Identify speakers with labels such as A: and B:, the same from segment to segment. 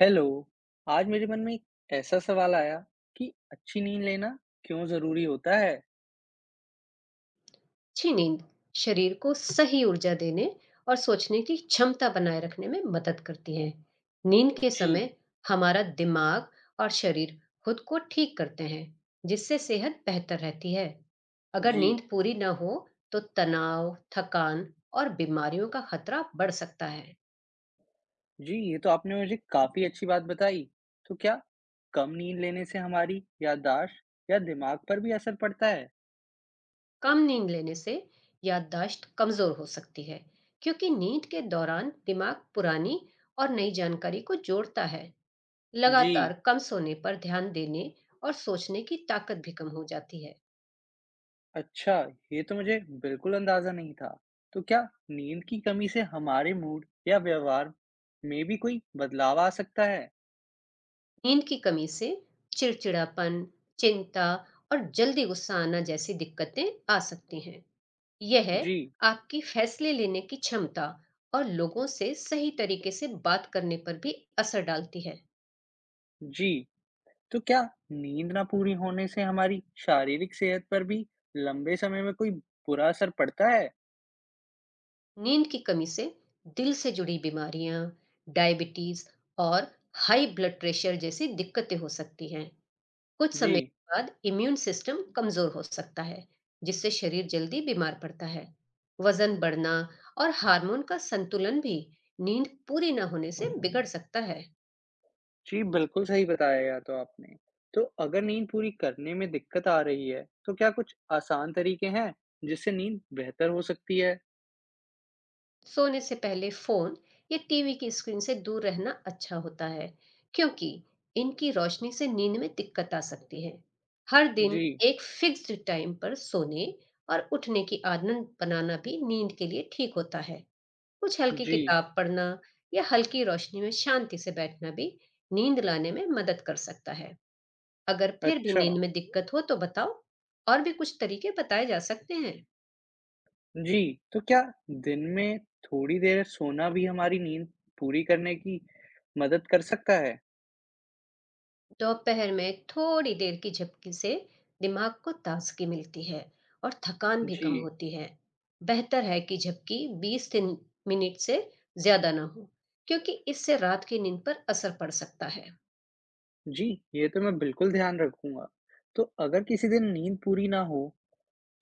A: Hello. आज मेरे मन में एक ऐसा सवाल आया कि अच्छी नींद लेना क्यों जरूरी होता है।
B: अच्छी नींद शरीर को सही ऊर्जा देने और सोचने की क्षमता बनाए रखने में मदद करती है। नींद के
A: जी।
B: समय हमारा दिमाग और शरीर खुद को ठीक करते हैं, जिससे सेहत बेहतर रहती है। अगर
A: जी।
B: नींद पूरी न हो तो तनाव, थकान और बीमारियों का खतरा बढ़ सकता है।
A: जी, ये तो आपने मुझे काफी अच्छी बात बताई। तो क्या कम नींद लेने से हमारी याददाश्त या दिमाग पर भी असर पड़ता है?
B: कम नींद लेने से याददाश्त कमजोर हो सकती है, क्योंकि नींद के दौरान दिमाग पुरानी और नई जानकारी को जोड़ता है।
A: जी।
B: लगातार कम सोने पर ध्यान देने और सोचने की ताकत भी कम हो जाती है।
A: अच्छा, ये तो मुझे बिल्कुल अंदाजा नहीं था। तो क्या नींद की कमी से हमारे मूड या व्यवहार में भी कोई बदलाव आ सकता है?
B: नींद की कमी से चिड़चिड़ापन, चिंता और जल्दी गुस्सा आना जैसी दिक्कतें आ सकती हैं। यह
A: जी।
B: आपकी फैसले लेने की क्षमता और लोगों से सही तरीके से बात करने पर भी असर डालती है।
A: जी। तो क्या नींद ना पूरी होने से हमारी शारीरिक सेहत पर भी लंबे समय में कोई बुरा असर पड़ता है?
B: नींद की कमी से दिल से जुड़ी बीमारियां, डायबिटीज और हाई ब्लड प्रेशर जैसी दिक्कतें हो सकती हैं। कुछ समय
A: जी।
B: के बाद इम्यून सिस्टम कमजोर हो सकता है, जिससे शरीर जल्दी बीमार पड़ता है। वजन बढ़ना और हार्मोन का संतुलन भी नींद पूरी न होने से बिगड़ सकता है।
A: जी, बिल्कुल सही बताया या तो आपने। तो अगर नींद पूरी करने में दिक्कत आ रही है, तो क्या कुछ आसान तरीके हैं जिससे नींद बेहतर हो सकती है?
B: सोने से पहले फोन या टीवी की स्क्रीन से दूर रहना अच्छा होता है, क्योंकि इनकी रोशनी से नींद में दिक्कत आ सकती है। हर दिन
A: जी।
B: एक फिक्स्ड टाइम पर सोने और उठने की आदत बनाना भी नींद के लिए ठीक होता है। कुछ हल्की
A: जी।
B: किताब पढ़ना या हल्की रोशनी में शांति से बैठना भी नींद लाने में मदद कर सकता है। अगर फिर भी
A: अच्छा।
B: नींद में दिक्कत हो तो बताओ, और भी कुछ तरीके बताए जा सकते हैं।
A: जी, तो क्या दिन में थोड़ी देर सोना भी हमारी नींद पूरी करने की मदद कर सकता है?
B: दोपहर में थोड़ी देर की झपकी से दिमाग को ताजगी मिलती है और थकान भी
A: जी।
B: कम होती है। बेहतर है कि झपकी 20 से मिनट से ज्यादा ना हो, क्योंकि इससे रात की नींद पर असर पड़ सकता है।
A: जी, ये तो मैं बिल्कुल ध्यान रखूँगा। तो अगर किसी दिन नींद पूरी ना हो,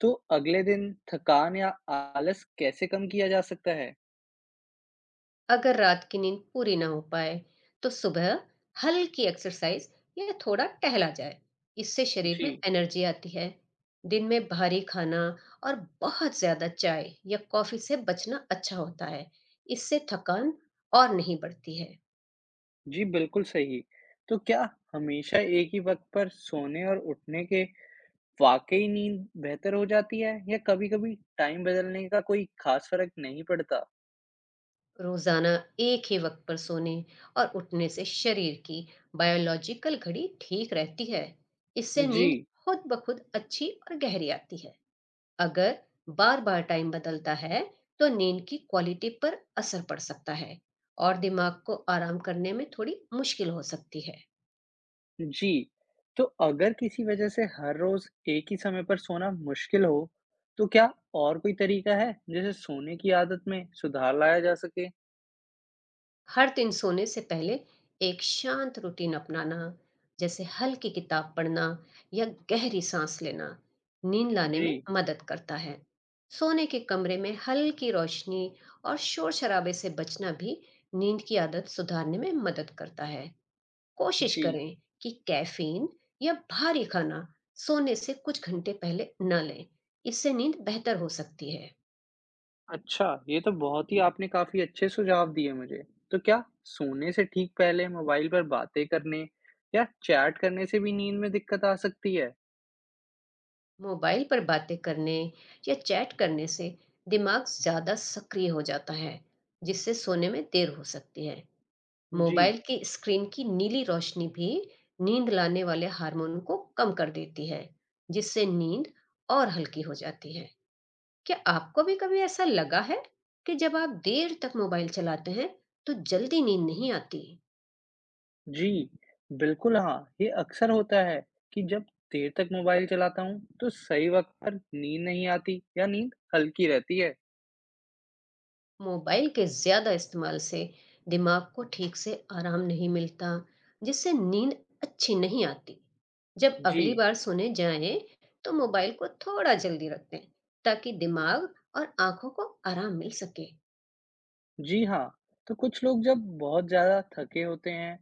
A: तो अगले दिन थकान या आलस कैसे कम किया जा सकता है?
B: अगर रात की नींद पूरी ना हो पाए तो सुबह हल्की एक्सरसाइज या थोड़ा टहला जाए, इससे शरीर
A: जी।
B: में एनर्जी आती है। दिन में भारी खाना और बहुत ज्यादा चाय या कॉफी से बचना अच्छा होता है, इससे थकान और नहीं बढ़ती है।
A: जी, बिल्कुल सही। तो क्या हमेशा एक ही वक़्त पर सोने और उठने के वाक़ई नींद बेहतर हो जाती है या कभी-कभी टाइम बदलने का कोई ख़ास फ़र्क नहीं पड़ता?
B: रोजाना एक ही वक्त पर सोने और उठने से शरीर की बायोलॉजिकल घड़ी ठीक रहती है। इससे
A: जी।
B: नींद खुद ब खुद अच्छी और गहरी आती है। अगर बार-बार टाइम बदलता है तो नींद की क्वालिटी पर असर पड़ सकता है, और दिमाग को आराम करने में थोड़ी मुश्किल हो सकती है।
A: जी, तो अगर किसी वजह से हर रोज एक ही समय पर सोना मुश्किल हो, तो क्या और कोई तरीका है जिसे सोने की आदत में सुधार लाया जा सके?
B: हर दिन सोने से पहले एक शांत रूटीन अपनाना, जैसे हल्की किताब पढ़ना या गहरी सांस लेना, नींद लाने
A: जी।
B: में मदद करता है। सोने के कमरे में हल्की रोशनी और शोर शराबे से बचना भी नींद की आदत सुधारने में मदद करता है। कोशिश
A: जी।
B: करें कि कैफीन या भारी खाना सोने से कुछ घंटे पहले न लें, इससे नींद बेहतर हो सकती है।
A: अच्छा, ये तो बहुत ही आपने काफी अच्छे सुझाव दिए मुझे। तो क्या सोने से ठीक पहले मोबाइल पर बातें करने या चैट करने से भी नींद में दिक्कत आ सकती है?
B: मोबाइल पर बातें करने या चैट करने से दिमाग ज़्यादा सक्रिय हो जाता है, जिससे सोने में देर हो सकती है।
A: जी।
B: मोबाइल की स्क्रीन की नीली रोशनी भी नींद लाने वाले हार्मोन को कम कर देती है, जिससे नींद और हल्की हो जाती है। क्या आपको भी कभी ऐसा लगा है कि जब आप देर तक मोबाइल चलाते हैं तो जल्दी नींद नहीं आती?
A: जी, बिल्कुल हाँ, ये अक्सर होता है कि जब देर तक मोबाइल चलाता हूँ, तो सही वक़्त पर नींद नहीं आती या नींद हल्की रहती है।
B: मोबाइल के ज्यादा इस्तेमाल से दिमाग को ठीक से आराम नहीं मिलता, जिससे नींद अच्छी नहीं आती। जब
A: जी।
B: अगली बार सोने जाएं तो मोबाइल को थोड़ा जल्दी रख दें, ताकि दिमाग और आंखों को आराम मिल सके।
A: जी हाँ, तो कुछ लोग जब बहुत ज़्यादा थके होते हैं,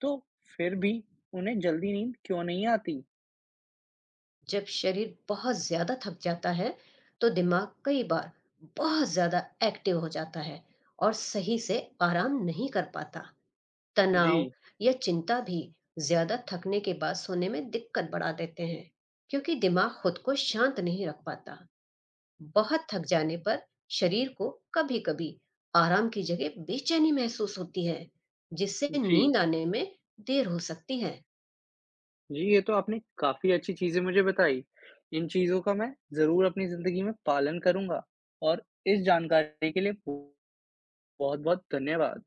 A: तो फिर भी उन्हें जल्दी नींद क्यों नहीं आती?
B: जब शरीर बहुत ज्यादा थक जाता है तो दिमाग कई बार बहुत ज्यादा एक्टिव हो जाता है और सही से आराम नहीं कर पाता।
A: जी।
B: तनाव या चिंता भी ज्यादा थकने के बाद सोने में दिक्कत बढ़ा देते हैं, क्योंकि दिमाग खुद को शांत नहीं रख पाता। बहुत थक जाने पर शरीर को कभी कभी आराम की जगह बेचैनी महसूस होती है, जिससे
A: जी।
B: नींद आने में देर हो सकती है।
A: जी, ये तो आपने काफ़ी अच्छी चीज़ें मुझे बताई। इन चीज़ों का मैं ज़रूर अपनी ज़िंदगी में पालन करूँगा और इस जानकारी के लिए बहुत-बहुत धन्यवाद।